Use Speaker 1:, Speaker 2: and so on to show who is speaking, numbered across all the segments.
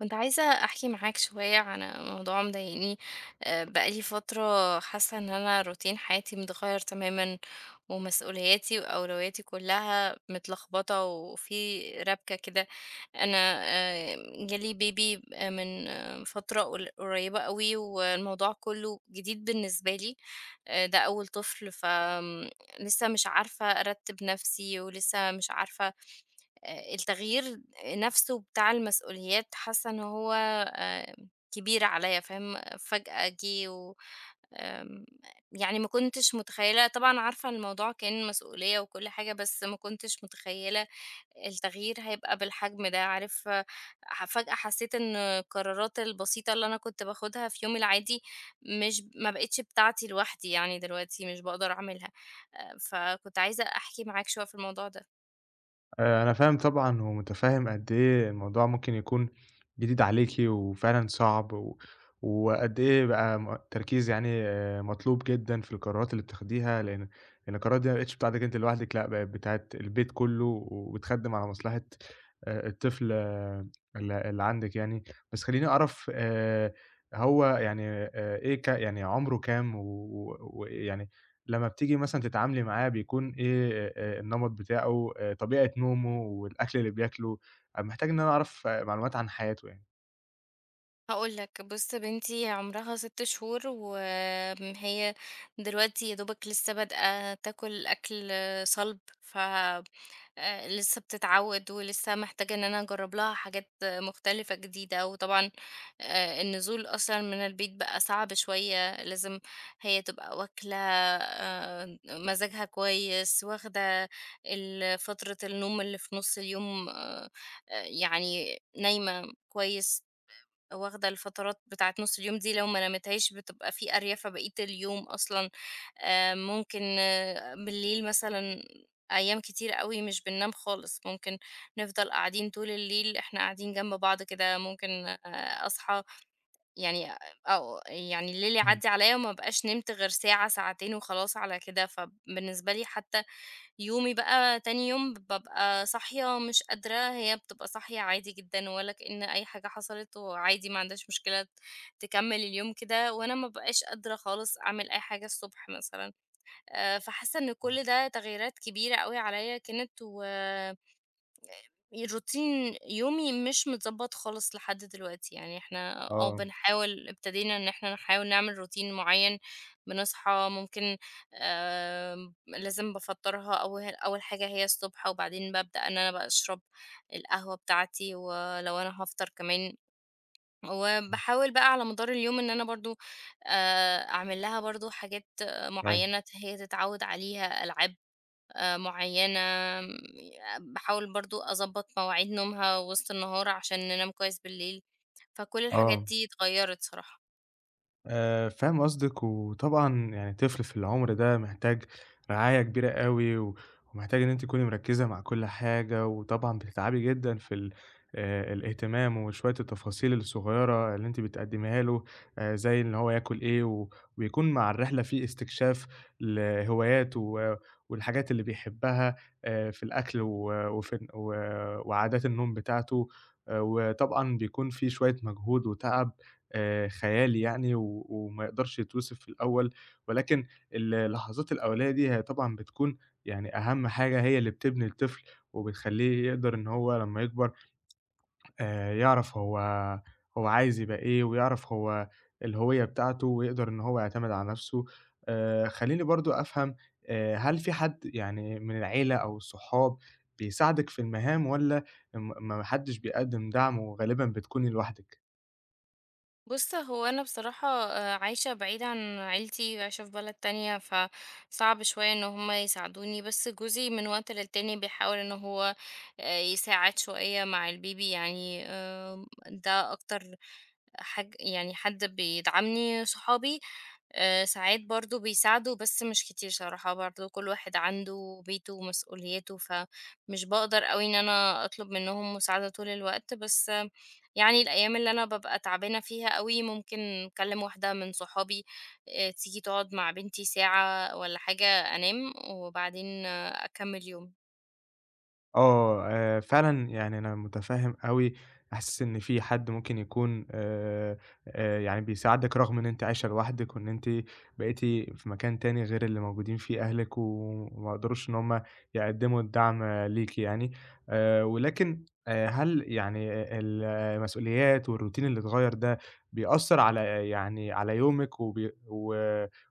Speaker 1: كنت عايزة أحكي معاك شوية عن موضوع مضايقني. بقالي فترة حاسة إن أنا روتين حياتي متغير تماما، ومسؤولياتي وأولوياتي كلها متلخبطة وفي ربكة كده. أنا جالي بيبي من فترة قريبة قوي، والموضوع كله جديد بالنسبة لي. ده أول طفل فلسه مش عارفة أرتب نفسي، ولسه مش عارفة التغيير نَفْسه بتاع المسؤوليات، حاسة إن هو كبير عليّا، فاهم، فجأة جِه و آمم يعني ما كنتش متخيّلة طبعًا، عارفة إن الموضوع كان مسؤولية وكل حاجة، بس ما كنتش متخيّلة التغيير هيبقى بالحجم ده، عارف، فجأة حسّيت إن القرارات البسيطة اللي أنا كنت باخُدها في يومي العادي مش ما بقِتش بتاعتي لوحدي يعني دلوقتي، مش باقدر أعملها. فكنت عايزة أحكي معاك شوية في الموضوع ده.
Speaker 2: أنا فاهم طبعًا ومتفهم قد إيه الموضوع ممكن يكون جديد عليكِ وفعلًا صعب، و وقد إيه بقى تركيز يعني مطلوب جدًا في القرارات اللي بتاخديها، لأن القرارات دي ما بقتش بتاعتِك أنتِ لوحدِك، لأ بقت بتاعة البيت كله، وبتخدم على مصلحة الطفل اللي عندِك يعني. بس خلّيني أعرف هو يعني إيه ك يعني عمره كام؟ و ويعني لمّا بتيجي مثلًا تتعاملي معاه بيكون إيه النمط بتاعه، طبيعة نومه والأكل اللي بياكله؟ أنا محتاج إن أنا أعرف معلومات عن حياته يعني.
Speaker 1: هاقول لك، بُص بنتي عمرها 6 شهور، وآمم هي دلوقتي يا دوبك لسه بادئة تاكل أكل صلب، ف لسه بتتعود، ولسه محتاجة إن أنا أجرّب لها حاجات مختلفة جديدة، وطبعًا النزول أصلًا من البيت بقى صعب شوية، لازم هي تبقى واكلة مزاجها كويس، واخدة فترة النوم اللي في نُص اليوم يعني نايمة كويس. واخدة الفترات بتاعة نُص اليوم دي لو ما نمتهاش بتبقى في أريَفة بقية اليوم أصلًا، ممكن بالليل مثلًا أيام كتير أوي مش بننام خالص، ممكن نفضل قاعدين طول الليل، إحنا قاعدين جنب بعض كده، ممكن أصحى يعني، أو يعني الليل
Speaker 2: إمم.
Speaker 1: يعدّي عليَّ وما ابقاش نمت غير ساعة، ساعتين وخلاص على كده، فبالنسبة لي حتى يومي بقى تاني يوم بابقى صاحية مش قادرة، هي بتبقى صاحية عادي جدًا ولا كأن أي حاجة حصلت، وعادي ما عندهاش مشكلة تكمّل اليوم كده، وأنا ما بابقاش قادرة خالص أعمل أي حاجة الصبح مثلًا. فحاسة إن كل ده تغييرات كبيرة أوي عليَّ كانت، و روتين يومي مش متضبط خالص لحد دلوقتي. يعني احنا
Speaker 2: آه.
Speaker 1: بنحاول، ابتدينا ان احنا نحاول نعمل روتين معين. بنصحى، ممكن لازم بفطرها اول اول حاجة هي الصبح، وبعدين ببدأ ان انا بقى اشرب القهوة بتاعتي ولو انا هفطر كمان،
Speaker 2: إمم.
Speaker 1: وبحاول بقى على مدار اليوم ان انا برضو اعمل لها برضو حاجات
Speaker 2: أيوه.
Speaker 1: معينة هي تتعود عليها، العاب معيّنة، م باحاول برضه أضبّط مواعيد نومها وسط النهار عشان ننام كويس بالليل، فكل الحاجات
Speaker 2: آه.
Speaker 1: دي اتغيّرت صراحة.
Speaker 2: فاهم قصدِك، وطبعًا يعني طفل في العمر ده محتاج رعاية كبيرة أوي، و ومحتاج إن أنتِ تكوني مركّزة مع كل حاجة، وطبعًا بتتعبي جدًا في ال الاهتمام وشوية التفاصيل الصغيرة اللي أنتِ بتقدّميها له، زي إن هو ياكل إيه، و ويكون مع الرحلة في استكشاف لهواياته و والحاجات اللي بيحبها في الأكل و وفي ال و وعادات النوم بتاعته، وطبعًا بيكون في شوية مجهود وتعب خيالي يعني و وما يقدرش يتوصف في الأول، ولكن اللحظات الأولية دي هي طبعًا بتكون يعني أهم حاجة هي اللي بتبني الطفل، وبتخلّيه يقدر إن هو لمّا يكبر يعرف هو عايز يبقى إيه، ويعرف هو الهوية بتاعته، ويقدر إن هو يعتمد على نَفْسه. خلّيني برضه أفهم، هل في حد يعني من العيلة أو الصحاب بيساعدِك في المهام والّا ما حدش بيقدّم دعم وغالبًا بتكوني لوحدِك؟
Speaker 1: بُص، هو أنا بصراحة عايشة بعيدة عن عيلتي، عايشة في بلد تانية، فصعب شوية إن هم يساعدوني، بس جوزي من وقت للتاني بيحاول إن هو يساعد شوية مع الBaby، يعني ده أكتر يعني حد بيدعمني. صحابي ساعات برضه بيساعدوا بس مش كتير صراحة، برضه كل واحد عنده بيته ومسؤولياته، فمش باقدر أوي إن أنا أطلب منهم مساعدة طول الوقت، بس يعني الأيام اللي أنا بابقى تعبانة فيها أوي ممكن أكلم واحدة من صحابي تيجي تقعد مع بنتي ساعة والّا حاجة، أنام وبعدين أكمل يومي.
Speaker 2: آه، فعلًا يعني أنا مُتفهِّم أوي إحساس إن في حد ممكن يكون يعني بيساعدِك رغم إن أنتِ عايشة لوحدِك وإن أنتِ بقيتِ في مكان تاني غير اللي موجودين فيه أهلِك و وما قدروش إن هم يقدّموا الدعم ليكِ يعني. ولكن، هل يعني المسؤوليات والروتين اللي اتغيّر ده بيأثّر على يعني على يومِك وبي و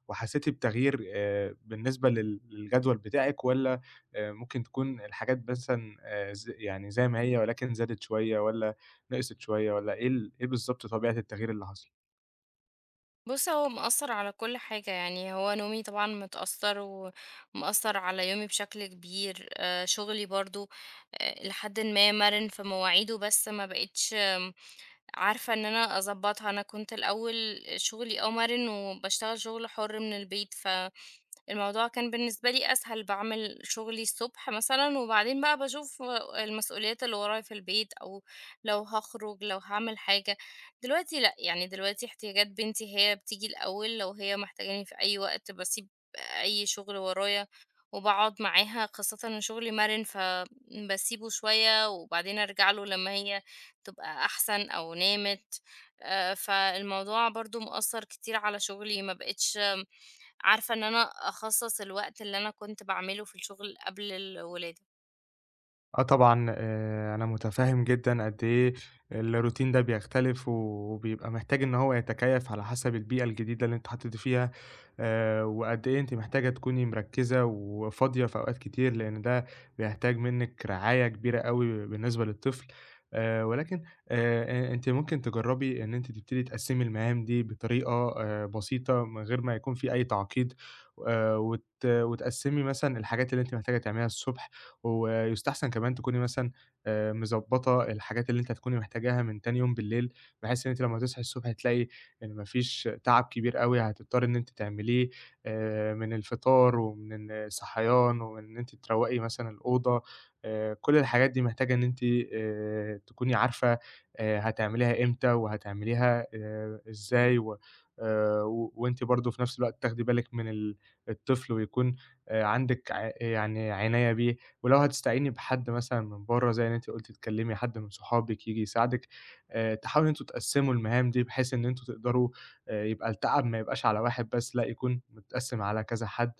Speaker 2: وحسّيتِ بتغيير بالنسبة للجدول بتاعِك، والّا ممكن تكون الحاجات مثلًا ز يعني زي ما هي ولكن زادت شوية، والّا نقصت شوية، والّا إيه إيه بالضبط طبيعة التغيير اللي حصل؟
Speaker 1: بُص هو مأثّر على كل حاجة، يعني هو نومي طبعًا متأثّر ومأثّر على يومي بشكل كبير، شغلي برضه لحدٍ ما مَرِن في مواعيده، بس ما بقيتش عارفة إن أنا أضبّطها. أنا كنت الأول شغلي مَرِن وباشتغل شغل حُر من البيت، ف الموضوع كان بالنسبة لي أسهل، باعمل شغلي الصبح مثلًا، وبعدين بقى باشوف المسؤوليات اللي ورايا في البيت، أو لو هاخرج، لو هاعمل حاجة. دلوقتي لأ، يعني دلوقتي احتياجات بنتي هي بتيجي الأول، لو هي محتاجاني في أي وقت باسيب أي شغل ورايا وباقعد معاها، خاصةً إن شغلي مَرِن فباسيبه شوية وبعدين أرجع له لما هي تبقى أحسن أو نامت. فالموضوع برضه مأثّر كتير على شغلي، ما بقيتش عارفة إن أنا أخصّص الوقت اللي أنا كنت باعمله في الشغل قبل الولادة.
Speaker 2: آه طبعًا، أنا مُتفهِّم جدًا قد إيه الروتين ده بيختلف وبيبقى محتاج إن هو يتكيّف على حسب البيئة الجديدة اللي أنتِ اتحطّيتِ فيها، وقد إيه أنتِ محتاجة تكوني مركّزة وفاضية في أوقات كتير، لإن ده بيحتاج منِّك رعاية كبيرة أوي بالنسبة للطفل. ولكن، أ أنتِ ممكن تجرّبي إن أنتِ تبتدي تقسّمي المهام دي بطريقة بسيطة من غير ما يكون في أي تعقيد، وتقسّمي مثلًا الحاجات اللي أنتِ محتاجة تعمليها الصبح. ويُستحسن كمان تكوني مثلًا مضبّطة الحاجات اللي أنتِ هتكوني محتاجاها من تاني يوم بالليل، بحيث إن أنتِ لمّا تصحي الصبح هتلاقي إن ما فيش تعب كبير أوي هتضطري إن أنتِ تعمليه، من الفطار ومن الصحيان ومن إن أنتِ تروّقي مثلًا الأوضة. كل الحاجات دي محتاجة إن أنتِ تكوني عارفة هتعمليها إمتى، وهتعمليها إزاي، و و وأنتِ برضه في نفس الوقت تاخدي بالِك من الطفل ويكون عندِك يعني عناية بيه. ولو هتستعيني بحد مثلًا من برّه زي ما أنتِ قُلتِ تكلّمي حد من صحابِك ييجي يساعدِك، تحاولوا إن أنتم تقسّموا المهام دي بحيث إن أنتم تقدروا يبقى التعب ما يبقاش على واحد بس، لأ، يكون متقسّم على كذا حد.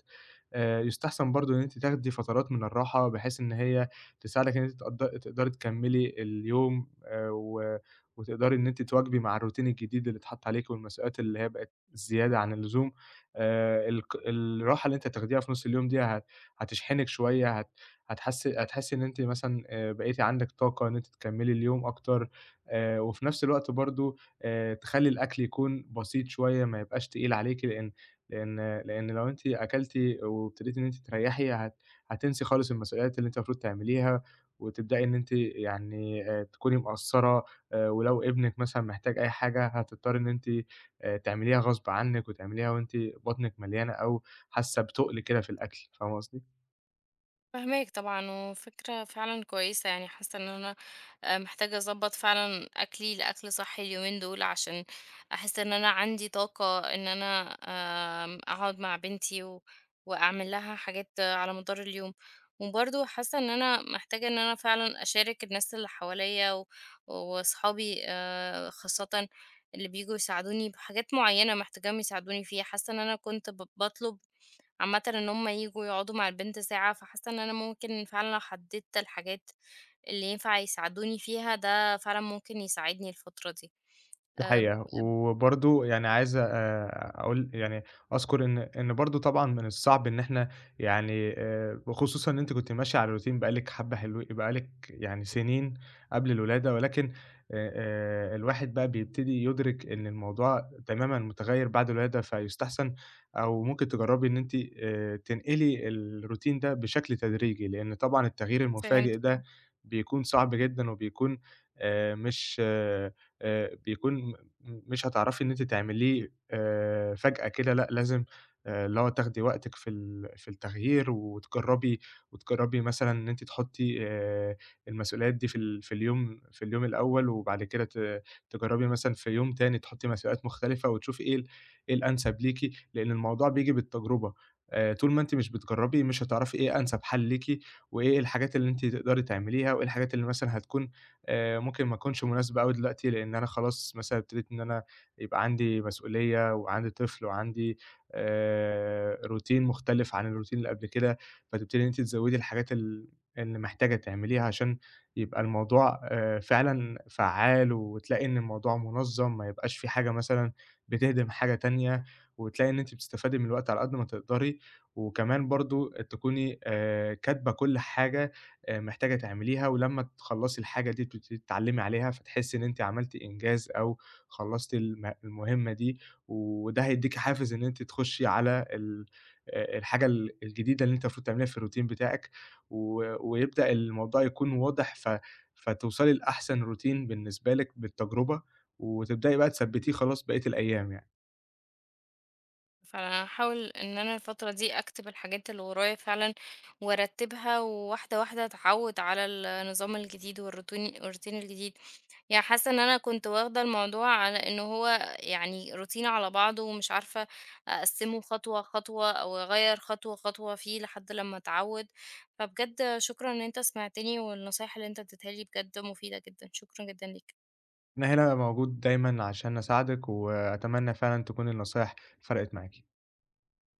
Speaker 2: يُستحسن برضه إن أنتِ تاخدي فترات من الراحة، بحيث إن هي تساعدِك إن أنتِ تقدري تكمّلي اليوم، و وتقدري إن أنتِ تواكبي مع الroutine الجديد اللي اتحط عليكِ والمسؤوليات اللي هي بقت زيادة عن اللزوم. الراحة اللي أنتِ هتاخديها في نُص اليوم دي هتشحنِك شوية، هت هتحسّ هتحسّي إن أنتِ مثلًا بقيتِ عندِك طاقة إن أنتِ تكمّلي اليوم أكتر. وفي نفس الوقت برضه تخلّي الأكل يكون بسيط شوية، ما يبقاش تقيل عليكِ، لإن لو أنتِ أكلتِ وابتديتِ إن أنتِ تريّحي هتنسي خالص المسؤوليات اللي أنتِ المفروض تعمليها، وتبدئي إن أنتِ يعني تكوني مقصّرة. ولو ابنِك مثلًا محتاج أي حاجة هتضطري إن أنتِ تعمليها غصب عنِّك وتعمليها وأنتِ بطنِك مليانة أو حاسة بتُقل كده في الأكل، فاهمة قصدي؟
Speaker 1: فاهماك طبعًا، وفكرة فعلًا كويسة، يعني حاسة إن أنا محتاجة أضبّط فعلًا أكلي لأكل صحّي اليومين دول، عشان أحس إن أنا عندي طاقة إن أنا أقعد مع بنتي وأعمل لها حاجات على مدار اليوم، وبرضه حاسة إن أنا محتاجة إن أنا فعلًا أشارك الناس اللي حواليّا وأصحابي خاصةً اللي بييجوا يساعدوني بحاجات معيّنة محتاجاهم يساعدوني فيها، حاسة إن أنا كنت باطلب عامةً إن هُم ييجوا يقعدوا مع البنت ساعة، فحاسة إن أنا ممكن فعلًا لو حددت الحاجات اللي ينفع يساعدوني فيها، ده فعلًا ممكن يساعدني الفترة دي.
Speaker 2: دي
Speaker 1: آآ،
Speaker 2: حقيقة. وبرضه يعني عايز أقول يعني أذكر إن برضه طبعًا من الصعب إن إحنا يعني، وخصوصًا إن أنتِ كنتِ ماشية على روتين بقى لِك حبّة حلوين، بقى لِك يعني سنين قبل الولادة، ولكن الواحد بقى بيبتدي يُدرك إن الموضوع تمامًا متغيّر بعد الولادة، فيُستحسن أو ممكن تجرّبي إن أنتِ تنقلي الروتين ده بشكل تدريجي، لإن طبعًا التغيير المفاجئ
Speaker 1: فهمتك.
Speaker 2: ده بيكون صعب جدًا، وبيكون مش آه، بيكون مش هتعرفي إن أنتِ تعمليه فجأة كده، لأ لازم اللي هو تاخدي وقتِك في في التغيير، وتجرّبي وتجرّبي مثلًا إن أنتِ تحطّي المسؤوليات دي في في اليوم الأول، وبعد كده تجرّبي مثلًا في يوم تاني تحطّي مسؤوليات مختلفة، وتشوفي إيه إيه الأنسب ليكِ، لإن الموضوع بييجي بالتجربة. طول ما أنتِ مش بتجرّبي مش هتعرفي إيه أنسب حل ليكِ، وإيه الحاجات اللي أنتِ تقدري تعمليها، وإيه الحاجات اللي مثلًا هتكون ممكن ما أكونش مناسبة أوي دلوقتي، لإن أنا خلاص مثلًا ابتديت إن أنا يبقى عندي مسؤولية، وعندي طفل، وعندي routine مختلف عن الroutine اللي قبل كده، فتبتدي إن أنتِ تزوّدي الحاجات اللي محتاجة تعمليها عشان يبقى الموضوع فعلًا فعّال، وتلاقي إن الموضوع منظَّم، ما يبقاش في حاجة مثلًا بتهدم حاجة تانية، وتلاقي إن أنتِ بتستفادي من الوقت على قد ما تقدري، وكمان برضه تكوني كاتبة كل حاجة محتاجة تعمليها، ولمّا تخلّصي الحاجة دي بتبتدي تتعلّمي عليها، فتحسّي إن أنتِ عملتِ إنجاز أو خلّصتِ المهمة دي، وده هيدّيكِ حافز إن أنتِ تخشّي على ال الحاجة الجديدة اللي أنتِ المفروض تعمليها في الroutine بتاعِك، و ويبدأ الموضوع يكون واضح، فتوصلي لأحسن routine بالنسبة لِك بالتجربة، وتبدئي بقى تثبّتيه خلاص بقية الأيام يعني.
Speaker 1: فانا هحاول ان انا الفترة دي اكتب الحاجات اللي ورايا فعلا وارتبها وواحدة واحدة اتعود على النظام الجديد والروتين الجديد. يعني حاسة ان انا كنت واخدة الموضوع على ان هو يعني روتين على بعضه، ومش عارفة اقسمه خطوة خطوة او اغير خطوة خطوة فيه لحد لما اتعود. فبجد شكرا ان انت سمعتني، والنصايح اللي انت اديتها لي بجد مفيدة جدا، شكرا جدا ليك.
Speaker 2: أنا هنا موجود دايمًا عشان أساعدِك، وأتمنى فعلًا تكون النصايح فرقِت معاكِ.